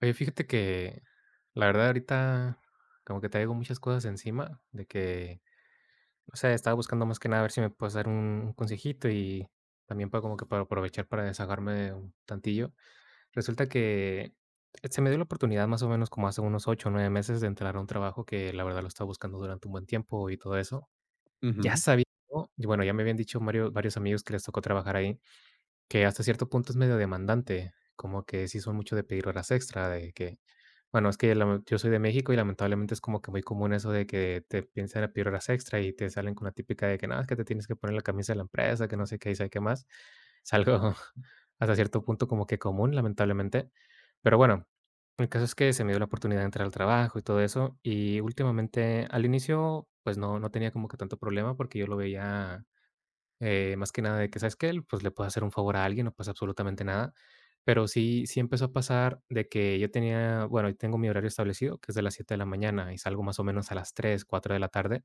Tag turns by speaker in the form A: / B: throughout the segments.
A: Oye, fíjate que la verdad ahorita como que traigo muchas cosas encima de que, o sea, estaba buscando más que nada a ver si me puedes dar un consejito y también para como que para aprovechar para desahogarme un tantillo. Resulta que se me dio la oportunidad más o menos como hace unos 8 o 9 meses de entrar a un trabajo que la verdad lo estaba buscando durante un buen tiempo y todo eso. Ya
B: Ujú.
A: sabía, ¿no? Y bueno, ya me habían dicho varios, varios amigos que les tocó trabajar ahí, que hasta cierto punto es medio demandante, como que sí son mucho de pedir horas extra, de que bueno, es que lame, yo soy de México y lamentablemente es como que muy común eso de que te piensan a pedir horas extra y te salen con la típica de que: nada, es que te tienes que poner la camisa de la empresa, que no sé qué y sabe qué más". Es algo hasta cierto punto como que común, lamentablemente. Pero bueno, el caso es que se me dio la oportunidad de entrar al trabajo y todo eso, y últimamente al inicio, pues no tenía como que tanto problema porque yo lo veía, más que nada de que, ¿sabes qué? Pues le puedo hacer un favor a alguien, no pasa absolutamente nada. Pero sí empezó a pasar de que yo tenía, bueno, yo tengo mi horario establecido, que es de las 7 de la mañana y salgo más o menos a las 3 o 4 de la tarde.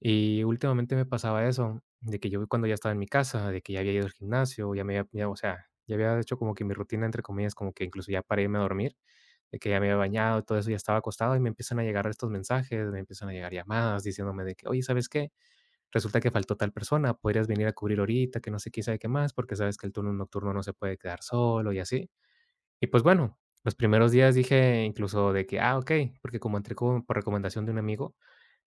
A: Y últimamente me pasaba eso, de que yo cuando ya estaba en mi casa, de que ya había ido al gimnasio, ya me había, ya, o sea, ya había hecho como que mi rutina, entre comillas, como que incluso ya para irme a dormir, de que ya me había bañado, todo eso, ya estaba acostado y me empiezan a llegar estos mensajes, me empiezan a llegar llamadas diciéndome de que: "Oye, ¿sabes qué? Resulta que faltó tal persona, podrías venir a cubrir ahorita", que no sé, quién sabe qué más, porque sabes que el turno nocturno no se puede quedar solo y así. Y pues bueno, los primeros días dije incluso de que, ah, ok, porque como entré como por recomendación de un amigo,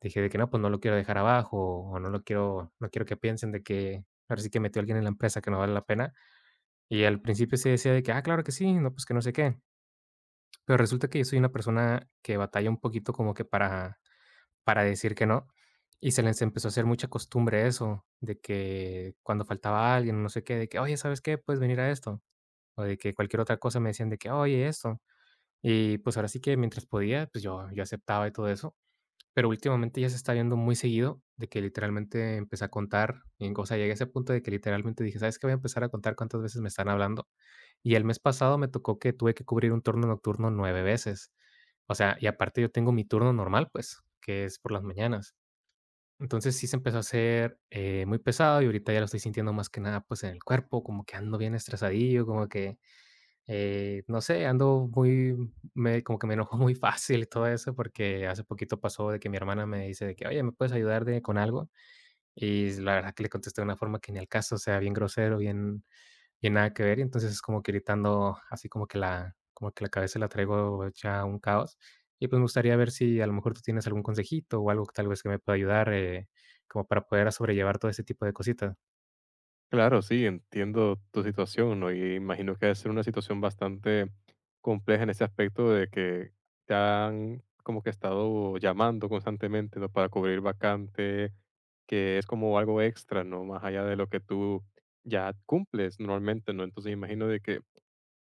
A: dije de que no, pues no lo quiero dejar abajo, o no lo quiero, no quiero que piensen de que ahora sí que metió a alguien en la empresa que no vale la pena. Y al principio se decía de que, ah, claro que sí, no, pues que no sé qué. Pero resulta que yo soy una persona que batalla un poquito como que para decir que no, y se les empezó a hacer mucha costumbre eso, de que cuando faltaba alguien, no sé qué, de que: "Oye, ¿sabes qué? Puedes venir a esto", o de que cualquier otra cosa me decían de que: "Oye, esto", y pues ahora sí que mientras podía, pues yo aceptaba y todo eso, pero últimamente ya se está viendo muy seguido de que literalmente empecé a contar, y o sea, llegué a ese punto de que literalmente dije: "¿Sabes qué? Voy a empezar a contar cuántas veces me están hablando", y el mes pasado me tocó que tuve que cubrir un turno nocturno 9 veces, o sea, y aparte yo tengo mi turno normal, pues, que es por las mañanas, entonces sí se empezó a hacer, muy pesado, y ahorita ya lo estoy sintiendo más que nada, pues, en el cuerpo, como que ando bien estresadillo, como que, no sé, ando muy, me como que me enojo muy fácil y todo eso, porque hace poquito pasó de que mi hermana me dice de que: "Oye, ¿me puedes ayudar de con algo?". Y la verdad que le contesté de una forma que ni al caso, o sea, bien grosero, bien, y nada que ver, y entonces es como que gritando, así como que la, como que la cabeza la traigo hecha un caos. Y, pues, me gustaría ver si a lo mejor tú tienes algún consejito o algo que tal vez que me pueda ayudar, como para poder sobrellevar todo ese tipo de cositas.
B: Claro, sí, entiendo tu situación, ¿no? Y imagino que debe ser una situación bastante compleja en ese aspecto de que te han como que estado llamando constantemente, ¿no? Para cubrir vacante, que es como algo extra, ¿no? Más allá de lo que tú ya cumples normalmente, ¿no? Entonces imagino de que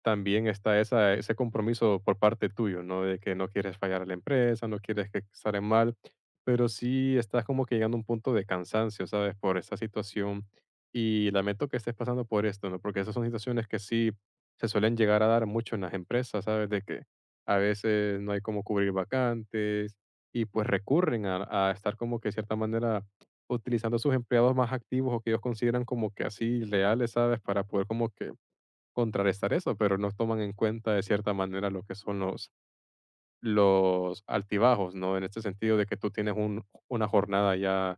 B: también está esa, ese compromiso por parte tuyo, ¿no? De que no quieres fallar a la empresa, no quieres que salen mal, pero sí estás como que llegando a un punto de cansancio, ¿sabes? Por esta situación. Y lamento que estés pasando por esto, ¿no? Porque esas son situaciones que sí se suelen llegar a dar mucho en las empresas, ¿sabes? De que a veces no hay como cubrir vacantes y pues recurren a estar como que de cierta manera utilizando a sus empleados más activos o que ellos consideran como que así leales, ¿sabes? Para poder como que contrarrestar eso, pero no toman en cuenta de cierta manera lo que son los altibajos, ¿no? En este sentido de que tú tienes un una jornada ya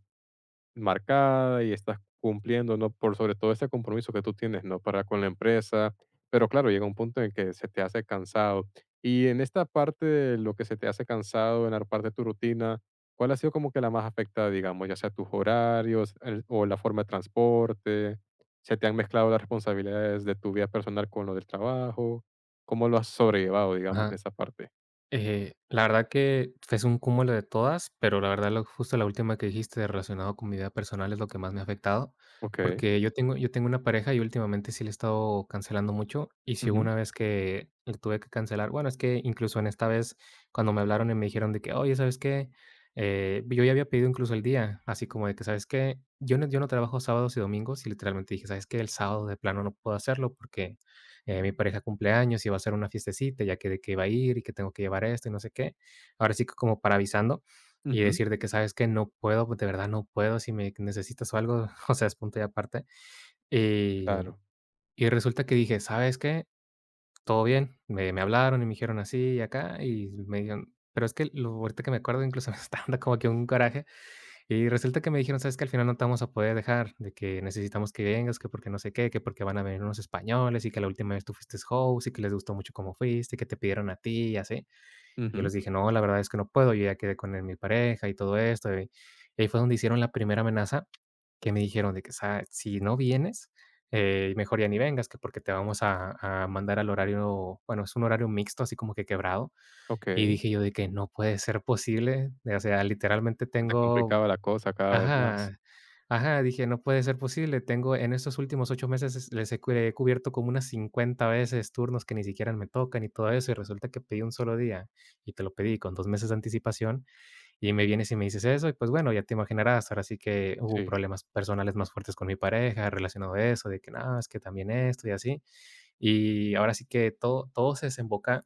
B: marcada y estás cumpliendo, ¿no? Por sobre todo ese compromiso que tú tienes, ¿no? Para con la empresa, pero claro, llega un punto en que se te hace cansado. Y en esta parte de lo que se te hace cansado, en la parte de tu rutina, ¿cuál ha sido como que la más afectada, digamos, ya sea tus horarios el- o la forma de transporte? ¿Se te han mezclado las responsabilidades de tu vida personal con lo del trabajo? ¿Cómo lo has sobrellevado, digamos, en esa parte?
A: La verdad que es un cúmulo de todas, pero la verdad lo justo, la última que dijiste relacionado con mi vida personal es lo que más me ha afectado,
B: Ok.
A: porque yo tengo una pareja y últimamente sí le he estado cancelando mucho, y sí hubo
B: Ujú,
A: una vez que le tuve que cancelar, bueno, es que incluso en esta vez cuando me hablaron y me dijeron de que: "Oye, ¿sabes qué?, yo ya había pedido incluso el día", así como de que: "¿Sabes qué?, yo no trabajo sábados y domingos", y literalmente dije: "¿Sabes qué?, el sábado de plano no puedo hacerlo porque mi pareja cumpleaños años y va a ser una fiestecita, ya que de qué va a ir y que tengo que llevar esto y no sé qué. Ahora sí que como para avisando y
B: ujú.
A: decir de que sabes que no puedo, de verdad no puedo, si me necesitas o algo, o sea, es punto y aparte. Y,
B: Claro.
A: y resulta que dije, ¿sabes qué? Todo bien, me hablaron y me dijeron así y acá, y me dijeron, pero es que lo, ahorita que me acuerdo, incluso me está dando como que un coraje, y resulta que me dijeron: "¿Sabes que al final no te vamos a poder dejar, de que necesitamos que vengas, que porque no sé qué, que porque van a venir unos españoles, y que la última vez tú fuiste host, y que les gustó mucho cómo fuiste, que te pidieron a ti, y así". Y yo
B: Ujú.
A: les dije: "No, la verdad es que no puedo, yo ya quedé con el mi pareja y todo esto". Y ahí fue donde hicieron la primera amenaza, que me dijeron de que: "Sa Si no vienes, mejor ya ni vengas, que porque te vamos a mandar al horario", bueno, es un horario mixto, así como que quebrado.
B: Ok.
A: Y dije yo de que: "No puede ser posible". O sea, literalmente
B: Se te
A: tengo.
B: complicaba la cosa cada vez más.
A: Ajá, ajá, dije: "No puede ser posible, tengo en estos últimos 8 meses, es les he cu he cubierto como unas 50 veces turnos que ni siquiera me tocan y todo eso, y resulta que pedí un solo día, y te lo pedí con 2 meses de anticipación, y me vienes y me dices eso, y pues bueno, ya te imaginarás, ahora sí que hubo
B: Sí,
A: problemas personales más fuertes con mi pareja relacionado a eso, de que nada, es que también esto y así". Y ahora sí que todo se desemboca.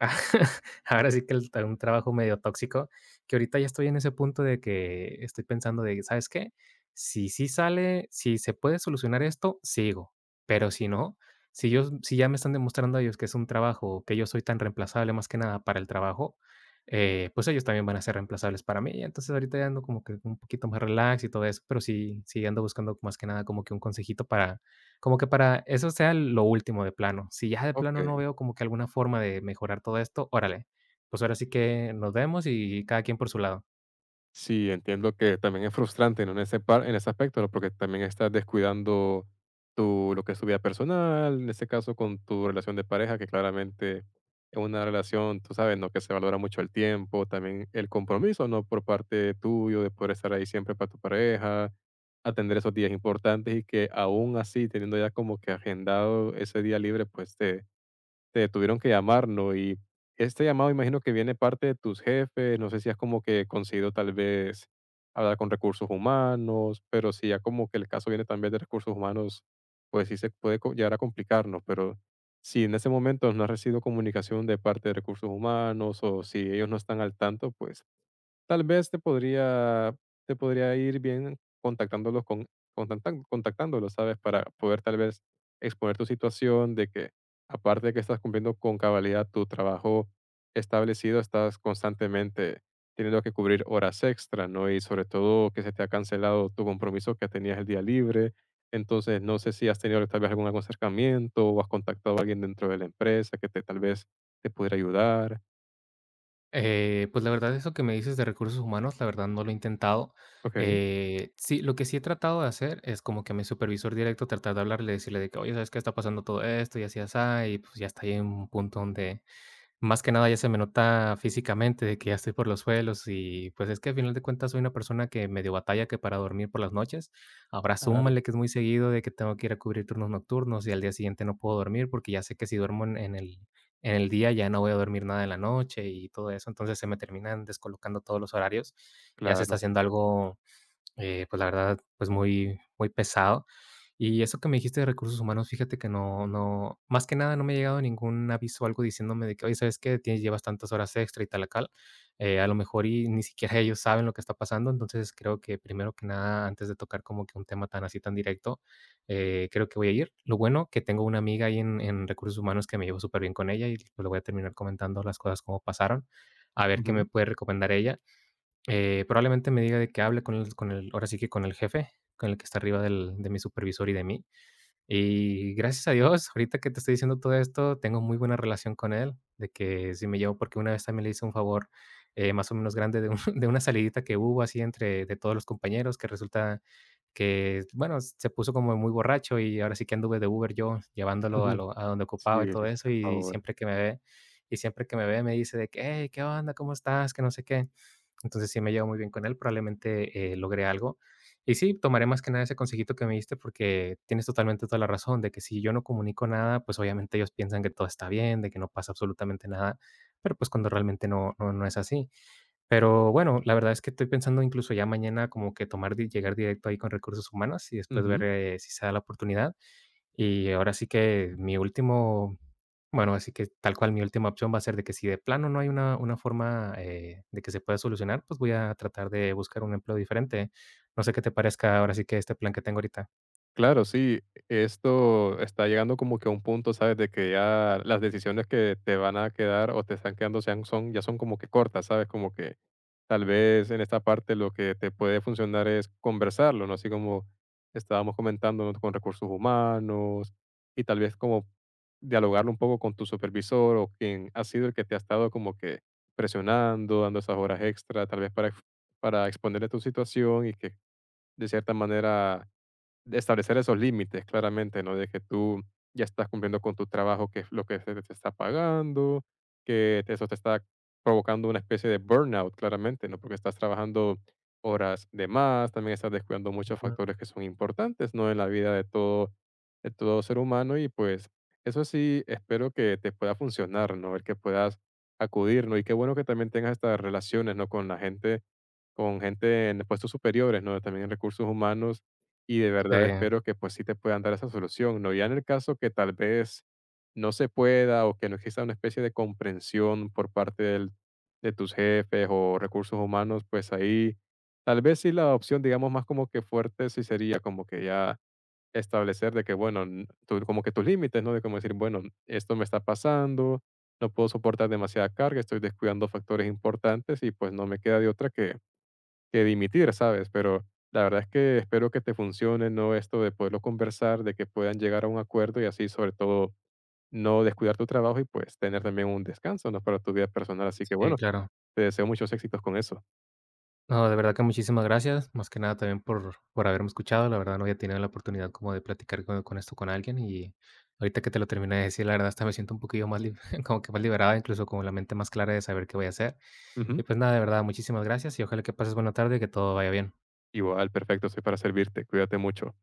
A: Ahora sí que el tra un trabajo medio tóxico, que ahorita ya estoy en ese punto de que estoy pensando de, ¿sabes qué? Si sí sale, si se puede solucionar esto, sigo, pero si no, si ya me están demostrando a ellos que es un trabajo, que yo soy tan reemplazable más que nada para el trabajo, pues ellos también van a ser reemplazables para mí. Entonces ahorita ya ando como que un poquito más relax y todo eso, pero sí ando buscando más que nada como que un consejito para como que para eso sea lo último de plano. Si ya de plano no
B: okey.
A: veo como que alguna forma de mejorar todo esto, órale, pues ahora sí que nos vemos y cada quien por su lado.
B: Sí, entiendo que también es frustrante, ¿no? En ese par en ese aspecto, ¿no? Porque también estás descuidando tu lo que es tu vida personal, en este caso con tu relación de pareja, que claramente es una relación, tú sabes, ¿no? Que se valora mucho el tiempo, también el compromiso, ¿no? Por parte tuyo de poder estar ahí siempre para tu pareja, atender esos días importantes y que aún así, teniendo ya como que agendado ese día libre, pues, te te tuvieron que llamar, ¿no? Y este llamado imagino que viene parte de tus jefes, no sé si has como que conseguido tal vez hablar con recursos humanos, pero si ya como que el caso viene también de recursos humanos, pues sí se puede co- llegar a complicarnos, pero si en ese momento no has recibido comunicación de parte de recursos humanos o si ellos no están al tanto, pues tal vez te podría ir bien contactándolos con contactan contactándolos, ¿sabes? Para poder tal vez exponer tu situación de que, aparte de que estás cumpliendo con cabalidad tu trabajo establecido, estás constantemente teniendo que cubrir horas extra, ¿no? Y sobre todo que se te ha cancelado tu compromiso que tenías el día libre. Entonces, no sé si has tenido tal vez algún acercamiento o has contactado a alguien dentro de la empresa que te tal vez te pudiera ayudar.
A: Pues la verdad, eso que me dices de recursos humanos, la verdad no lo he intentado.
B: Okey,
A: Sí, lo que sí he tratado de hacer es como que a mi supervisor directo tratar de hablarle, decirle de que, oye, ¿sabes qué está pasando todo esto? Y así, así, y pues ya está ahí en un punto donde más que nada ya se me nota físicamente de que ya estoy por los suelos y, pues, es que al final de cuentas soy una persona que medio batalla que para dormir por las noches. Ahora
B: claro,
A: súmale que es muy seguido de que tengo que ir a cubrir turnos nocturnos y al día siguiente no puedo dormir porque ya sé que si duermo en en el día ya no voy a dormir nada en la noche y todo eso. Entonces se me terminan descolocando todos los horarios. Ya se está
B: claro.
A: haciendo algo, pues, la verdad, pues, muy muy pesado. Y eso que me dijiste de recursos humanos, fíjate que no, más que nada, no me ha llegado ningún aviso o algo diciéndome de que: "Oye, ¿sabes qué? Tienes, llevas tantas horas extra y tal y a lo mejor y ni siquiera ellos saben lo que está pasando. Entonces, creo que primero que nada, antes de tocar como que un tema tan así, tan directo, creo que voy a ir. Lo bueno que tengo una amiga ahí en recursos humanos, que me llevo súper bien con ella y, pues, le voy a terminar comentando las cosas como pasaron, a ver qué me
B: Ujú,
A: puede recomendar ella. Probablemente me diga de que hable con el ahora sí que con el jefe, con el que está arriba del de mi supervisor y de mí. Y gracias a Dios, ahorita que te estoy diciendo todo esto, tengo muy buena relación con él, de que sí me llevo, porque una vez también le hice un favor, más o menos grande, de un de una salidita que hubo así entre de todos los compañeros, que resulta que, bueno, se puso como muy borracho y ahora sí que anduve de Uber yo, llevándolo a
B: ujú.
A: lo a donde
B: Sí,
A: ocupaba y
B: le
A: todo
B: hiciste
A: eso,
B: el favor.
A: y siempre que me ve me dice de que: "Hey, ¿qué onda? ¿Cómo estás?", que no sé qué. Entonces sí me llevo muy bien con él, probablemente logré algo. Y sí, tomaré más que nada ese consejito que me diste porque tienes totalmente toda la razón de que si yo no comunico nada, pues obviamente ellos piensan que todo está bien, de que no pasa absolutamente nada, pero pues cuando realmente no, no, no es así. Pero bueno, la verdad es que estoy pensando incluso ya mañana como que tomar, llegar directo ahí con recursos humanos y después ver
B: Ujú.
A: si se da la oportunidad. Y ahora sí que mi último, bueno, así que tal cual mi última opción va a ser de que si de plano no hay una forma, de que se pueda solucionar, pues voy a tratar de buscar un empleo diferente. No sé qué te parezca ahora sí que este plan que tengo ahorita.
B: Claro, sí, esto está llegando como que a un punto, ¿sabes? De que ya las decisiones que te van a quedar o te están quedando sean, son, ya son como que cortas, ¿sabes? Como que tal vez en esta parte lo que te puede funcionar es conversarlo, ¿no? Así como estábamos comentando, ¿no? Con recursos humanos y tal vez como dialogarlo un poco con tu supervisor o quien ha sido el que te ha estado como que presionando, dando esas horas extra, tal vez para, ex- para exponerle tu situación y que de cierta manera, de establecer esos límites claramente, ¿no? De que tú ya estás cumpliendo con tu trabajo, que es lo que se te está pagando, que te- eso te está provocando una especie de burnout, claramente, ¿no? Porque estás trabajando horas de más, también estás descuidando muchos
A: Ujú.
B: factores que son importantes, ¿no? En la vida de todo ser humano y pues eso sí, espero que te pueda funcionar, ¿no? El que puedas acudir, ¿no? Y qué bueno que también tengas estas relaciones, ¿no? Con la gente con gente en puestos superiores, ¿no? También en recursos humanos y de
A: Sí,
B: verdad espero que pues sí te puedan dar esa solución, ¿no? Ya en el caso que tal vez no se pueda o que no exista una especie de comprensión por parte del- de tus jefes o recursos humanos, pues ahí tal vez sí la opción, digamos, más como que fuerte sí sería como que ya establecer de que, bueno, n- tu- como que tus límites, ¿no? De como decir, bueno, esto me está pasando, no puedo soportar demasiada carga, estoy descuidando factores importantes y pues no me queda de otra que dimitir, ¿sabes? Pero la verdad es que espero que te funcione, ¿no? Esto de poderlo conversar, de que puedan llegar a un acuerdo y así, sobre todo, no descuidar tu trabajo y pues tener también un descanso, ¿no? Para tu vida personal. Así que
A: sí,
B: bueno,
A: claro.
B: te deseo muchos éxitos con eso.
A: No, de verdad que muchísimas gracias, más que nada también por haberme escuchado. La verdad no había tenido la oportunidad como de platicar con esto con alguien, y ahorita que te lo terminé de decir, la verdad hasta me siento un poquillo más, lib- como que más liberada, incluso con la mente más clara de saber qué voy a hacer.
B: Ujú.
A: Y pues nada, de verdad, muchísimas gracias y ojalá que pases buena tarde y que todo vaya bien.
B: Igual, perfecto, soy para servirte. Cuídate mucho.